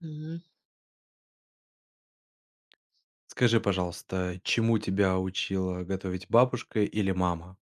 Мгм. Скажи, пожалуйста, чему тебя учила готовить бабушка или мама?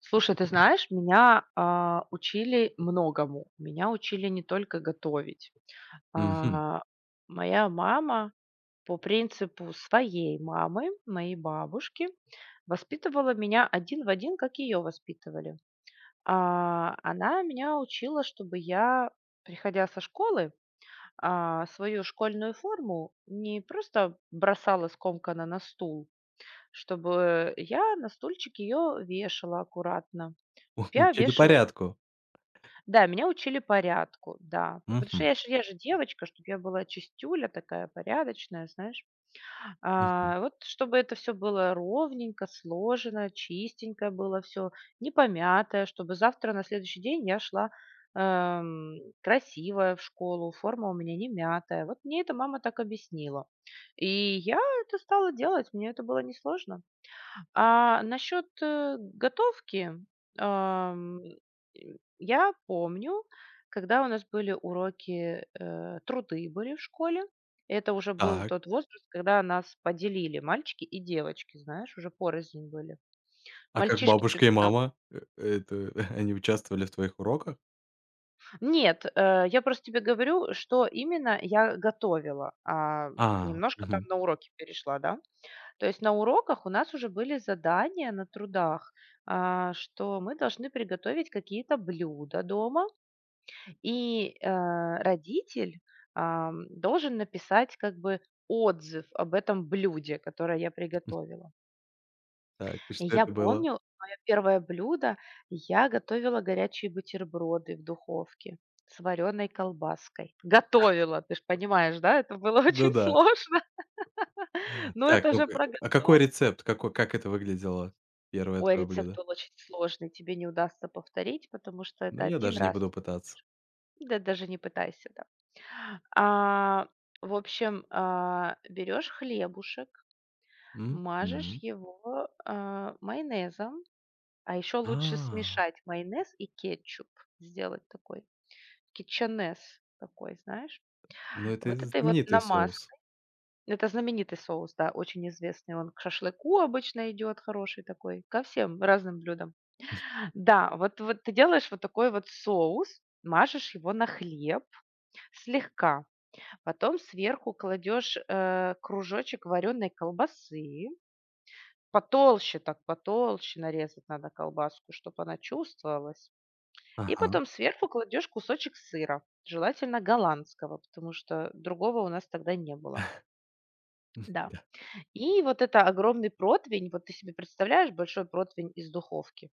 Слушай, ты знаешь, меня, учили многому. Меня учили не только готовить. Мгм. А, Моя мама по принципу своей мамы, моей бабушки, воспитывала меня один в один, как ее воспитывали. Она меня учила, чтобы я, приходя со школы, свою школьную форму не просто бросала скомканно на стул, чтобы я на стульчик ее вешала аккуратно. Чтоб я Учили вешала порядку. Да, меня учили порядку, да. Потому что Мгм, я же девочка, чтобы я была чистюля такая, порядочная, знаешь. мгм. Вот чтобы это все было ровненько, сложено, чистенько было все, не помятое, чтобы завтра, на следующий день я шла, эм, красивая в школу, форма у меня не мятая. Вот мне это мама так объяснила. И я это стала делать, мне это было несложно. Насчет, готовки, ам, и я помню, когда у нас были уроки, труды были в школе. Это уже был Так. тот возраст, когда нас поделили мальчики и девочки, знаешь, уже порознь были. А как Мальчишки чуть бабушка и мама? Это они участвовали в твоих уроках? Нет, я просто тебе говорю, что именно я готовила, немножко там Мгм. на уроки перешла, да. То есть на уроках у нас уже были задания на трудах, что мы должны приготовить какие-то блюда дома, и, родитель, должен написать как бы отзыв об этом блюде, которое я приготовила. Так, и И что я это было? помню, мое первое блюдо, я готовила горячие бутерброды в духовке с вареной колбаской. Готовила, ты ж понимаешь, да, это было очень Да-да. сложно, но Так, это же ну-ка, про а какой готов рецепт? Как это выглядело, первое Ой, твое рецепт блюдо? был очень сложный, тебе не удастся повторить, потому что Ну, это я один даже не раз, буду пытаться. да даже не пытайся, да. А, в общем, берешь хлебушек, М? мажешь Мгм. его, майонезом, а еще лучше А, смешать майонез и кетчуп, сделать такой кетчанез такой, знаешь. ну это Вот этой вот знаменитый соус. намазкой. Это знаменитый соус, да, очень известный, он к шашлыку обычно идет, хороший такой, ко всем разным блюдам. Да, вот ты делаешь вот такой вот соус, мажешь его на хлеб слегка, потом сверху кладешь, кружочек вареной колбасы, потолще так, потолще нарезать надо колбаску, чтобы она чувствовалась, и Ага. потом сверху кладешь кусочек сыра, желательно голландского, потому что другого у нас тогда не было. Да. Да. И вот это огромный противень, вот ты себе представляешь большой противень из духовки?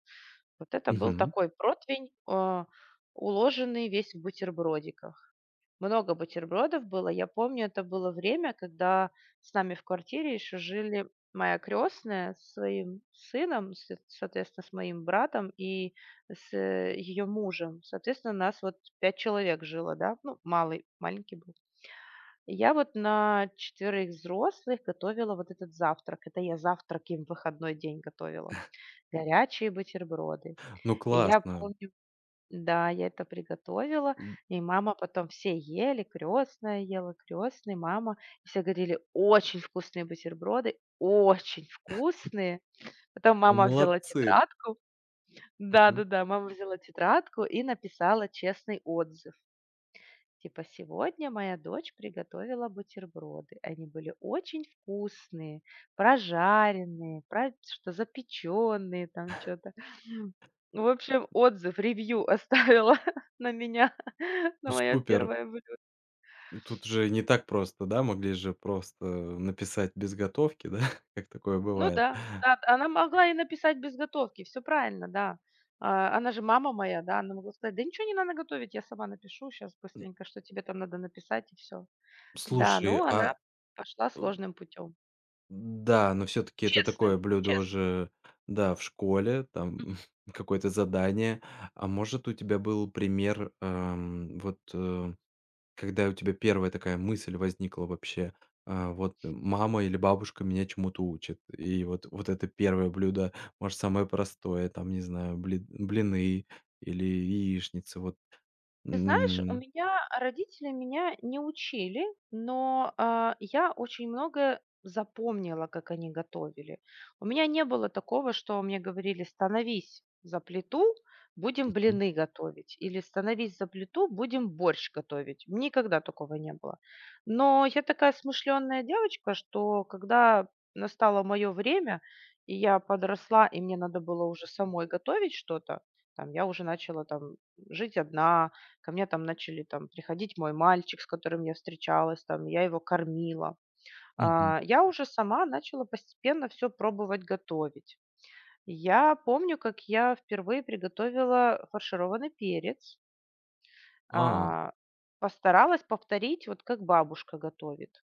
Вот это был Мгм. такой противень, уложенный весь в бутербродиках. Много бутербродов было. Я помню, это было время, когда с нами в квартире еще жили моя крестная с своим сыном, соответственно, с моим братом и с ее мужем. Соответственно, нас вот пять человек жило, да, ну, малый, маленький был. И я вот на четверых взрослых готовила вот этот завтрак. Это я завтрак им в выходной день готовила. Горячие бутерброды. Ну И я классно. помню, да, я это приготовила, и мама потом все ели, крестная ела, крестный, мама. И все говорили: "Очень вкусные бутерброды, очень вкусные". Потом Ну, мама взяла молодцы. тетрадку, Мгм. да-да-да, мама взяла тетрадку и написала честный отзыв. Типа, сегодня моя дочь приготовила бутерброды. Они были очень вкусные, прожаренные, что запеченные там что-то. В общем, отзыв, ревью оставила на меня, Ну, на мое супер. первое блюдо. Тут же не так просто, да? Могли же просто написать без готовки, да? Как такое Ну бывает. да, да, она могла и написать без готовки, все правильно, да. Она же мама моя, да, она могла сказать, да ничего не надо готовить, я сама напишу сейчас М, быстренько, что тебе там надо написать и все. Да, Слушай, ну она пошла э, сложным путем. да, но все таки это Честным, такое блюдо честным. уже, да, в школе, там Мгм. какое-то задание. А может, у тебя был пример, вот, когда у тебя первая такая мысль возникла вообще, вот мама или бабушка меня чему-то учат. И вот это первое блюдо, может, самое простое, там, не знаю, блины или яичницы, вот. Ты знаешь, у М. меня родители меня не учили, но я очень многое запомнила, как они готовили. У меня не было такого, что мне говорили, становись за плиту, будем Мгм. блины готовить, или становись за плиту, будем борщ готовить. Никогда такого не было. Но я такая смышленная девочка, что когда настало мое время, и я подросла, и мне надо было уже самой готовить что-то, там, я уже начала там жить одна. Ко мне там начали там приходить мой мальчик, с которым я встречалась, там я его кормила. Мгм. Я уже сама начала постепенно все пробовать готовить. Я помню, как я впервые приготовила фаршированный перец, А. а, постаралась повторить, вот как бабушка готовит.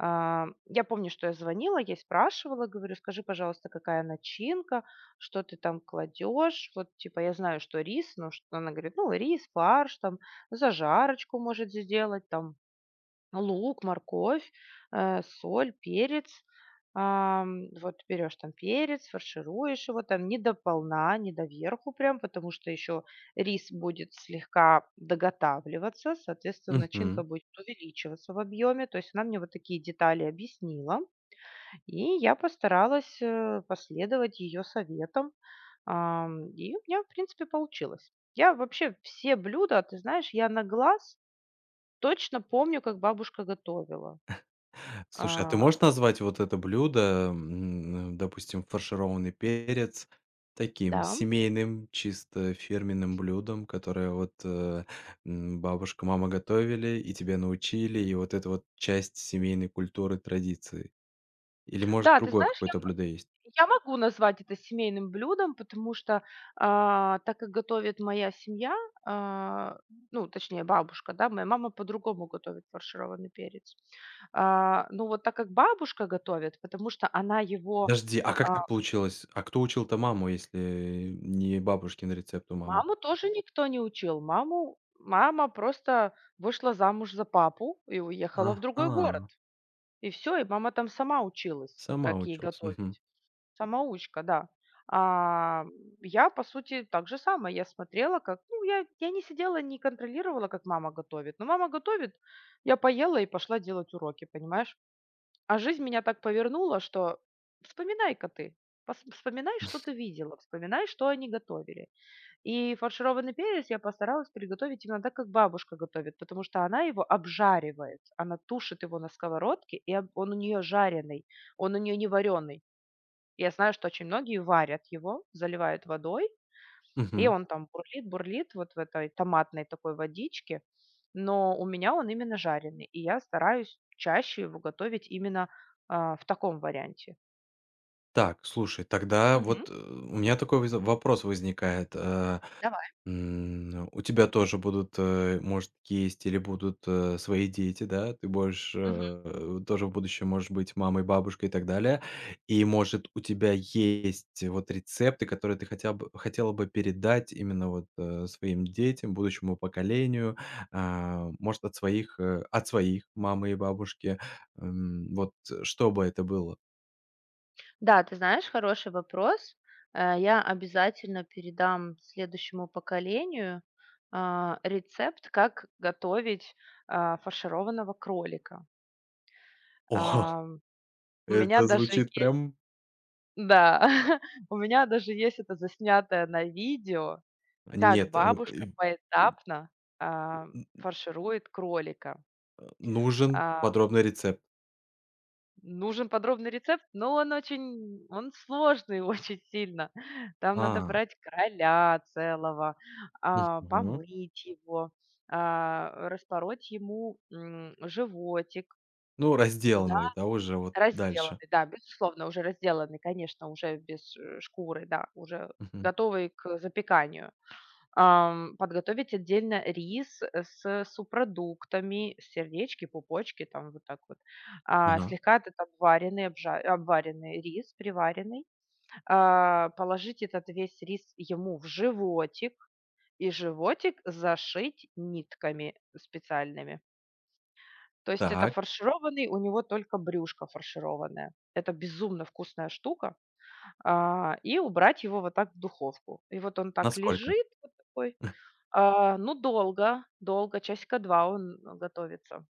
Я помню, что я звонила, я ей спрашивала, говорю: "Скажи, пожалуйста, какая начинка, что ты там кладешь?" Вот типа я знаю, что рис, ну, что она говорит: "Ну, рис, фарш, там, зажарочку может сделать, там, лук, морковь, соль, перец. Вот берешь там перец, фаршируешь его там не до полна, не до верху прям, потому что еще рис будет слегка доготавливаться, соответственно, начинка Мгм. будет увеличиваться в объеме. То есть она мне вот такие детали объяснила, и я постаралась последовать ее советам. И у меня, в принципе, получилось. Я вообще все блюда, ты знаешь, я на глаз точно помню, как бабушка готовила. Слушай, а ты А, можешь назвать вот это блюдо, допустим, фаршированный перец, таким да. семейным, чисто фирменным блюдом, которое вот, бабушка, мама готовили и тебя научили, и вот это вот часть семейной культуры, традиции? Или, может, Да, ты другое знаешь, я какое-то блюдо есть? я могу назвать это семейным блюдом, потому что, так как готовит моя семья, а, ну, точнее, бабушка, да, моя мама по-другому готовит фаршированный перец. Ну, вот так как бабушка готовит, потому что Подожди, а как а, так получилось? А кто учил-то маму, если не бабушкин рецепт у мамы? маму тоже никто не учил. Маму Мама просто вышла замуж за папу и уехала в другой город. Ага, И все, и мама там сама училась, сама как ей училась. Мгм. готовить. Самоучка, да. А, я, по сути, так же самое. Я смотрела, как ну, я не сидела, не контролировала, как мама готовит. Но мама готовит, я поела и пошла делать уроки, понимаешь? А жизнь меня так повернула, что вспоминай-ка ты, вспоминай, что ты видела, вспоминай, что они готовили. И фаршированный перец я постаралась приготовить именно так, как бабушка готовит, потому что она его обжаривает, она тушит его на сковородке, и он у нее жареный, он у нее не вареный. Я знаю, что очень многие варят его, заливают водой, и Мгм. он там бурлит, бурлит вот в этой томатной такой водичке. Но у меня он именно жареный, и я стараюсь чаще его готовить именно, в таком варианте. Так, слушай, тогда Мгм. вот, у меня такой воз вопрос возникает. Давай. У тебя тоже будут, может, есть или будут, свои дети, да? Ты будешь, Мгм. Тоже в будущем, может быть, мамой, бабушкой и так далее. И, может, у тебя есть вот рецепты, которые ты хотя бы хотела бы передать именно вот, своим детям, будущему поколению, а, может, от своих мамы и бабушки. Вот что бы это было? Да, ты знаешь, хороший вопрос. Я обязательно передам следующему поколению, рецепт, как готовить, фаршированного кролика. Ам, у меня Это даже звучит есть прям Да, у меня даже есть это заснятое на видео, как нет, э, бабушка и поэтапно, а, н фарширует кролика. нужен А, подробный рецепт. Нужен подробный рецепт, но он очень он сложный очень сильно. Там надо А, брать короля целого, Мгм. помыть его, распороть ему, животик, Ну, туда разделанный, да, уже вот дальше. разделанный, да, безусловно, уже разделанный, конечно, уже без, шкуры, да, уже Мгм. готовый к запеканию. Подготовить отдельно рис, с субпродуктами, сердечки, пупочки, там вот так вот. Ага. Слегка этот обваренный, обжа обваренный рис, приваренный. Положить этот весь рис ему в животик и животик зашить нитками специальными. То есть это Так, фаршированный, у него только брюшко фаршированное. Это безумно вкусная штука. И убрать его вот так в духовку. И вот он так насколько? лежит вот такой, ну, долго, долго, часика 2 он готовится.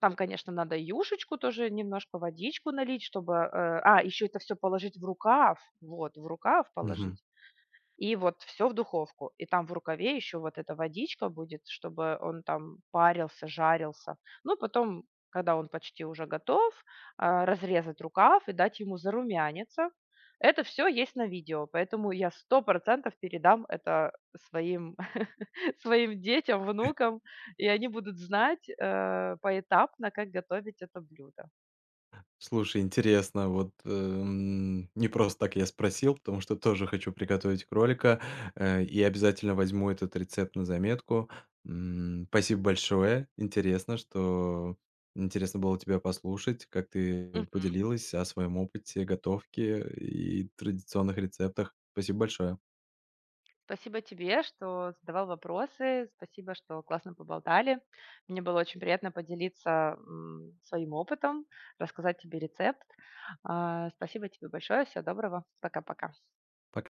Там, конечно, надо и юшечку тоже немножко, водичку налить, чтобы, еще это все положить в рукав. Вот, в рукав положить. И вот все в духовку. И там в рукаве еще вот эта водичка будет, чтобы он там парился, жарился. Ну, потом, когда он почти уже готов, разрезать рукав и дать ему зарумяниться. Это все есть на видео, поэтому я сто процентов передам это своим своим детям, внукам, и они будут знать, поэтапно, как готовить это блюдо. Слушай, интересно, вот, не просто так я спросил, потому что тоже хочу приготовить кролика, и обязательно возьму этот рецепт на заметку. Спасибо большое. Интересно было тебя послушать, как ты поделилась о своем опыте готовки и традиционных рецептах. Спасибо большое. Спасибо тебе, что задавал вопросы. Спасибо, что классно поболтали. Мне было очень приятно поделиться своим опытом, рассказать тебе рецепт. Спасибо тебе большое. Всего доброго. Пока-пока. Пока.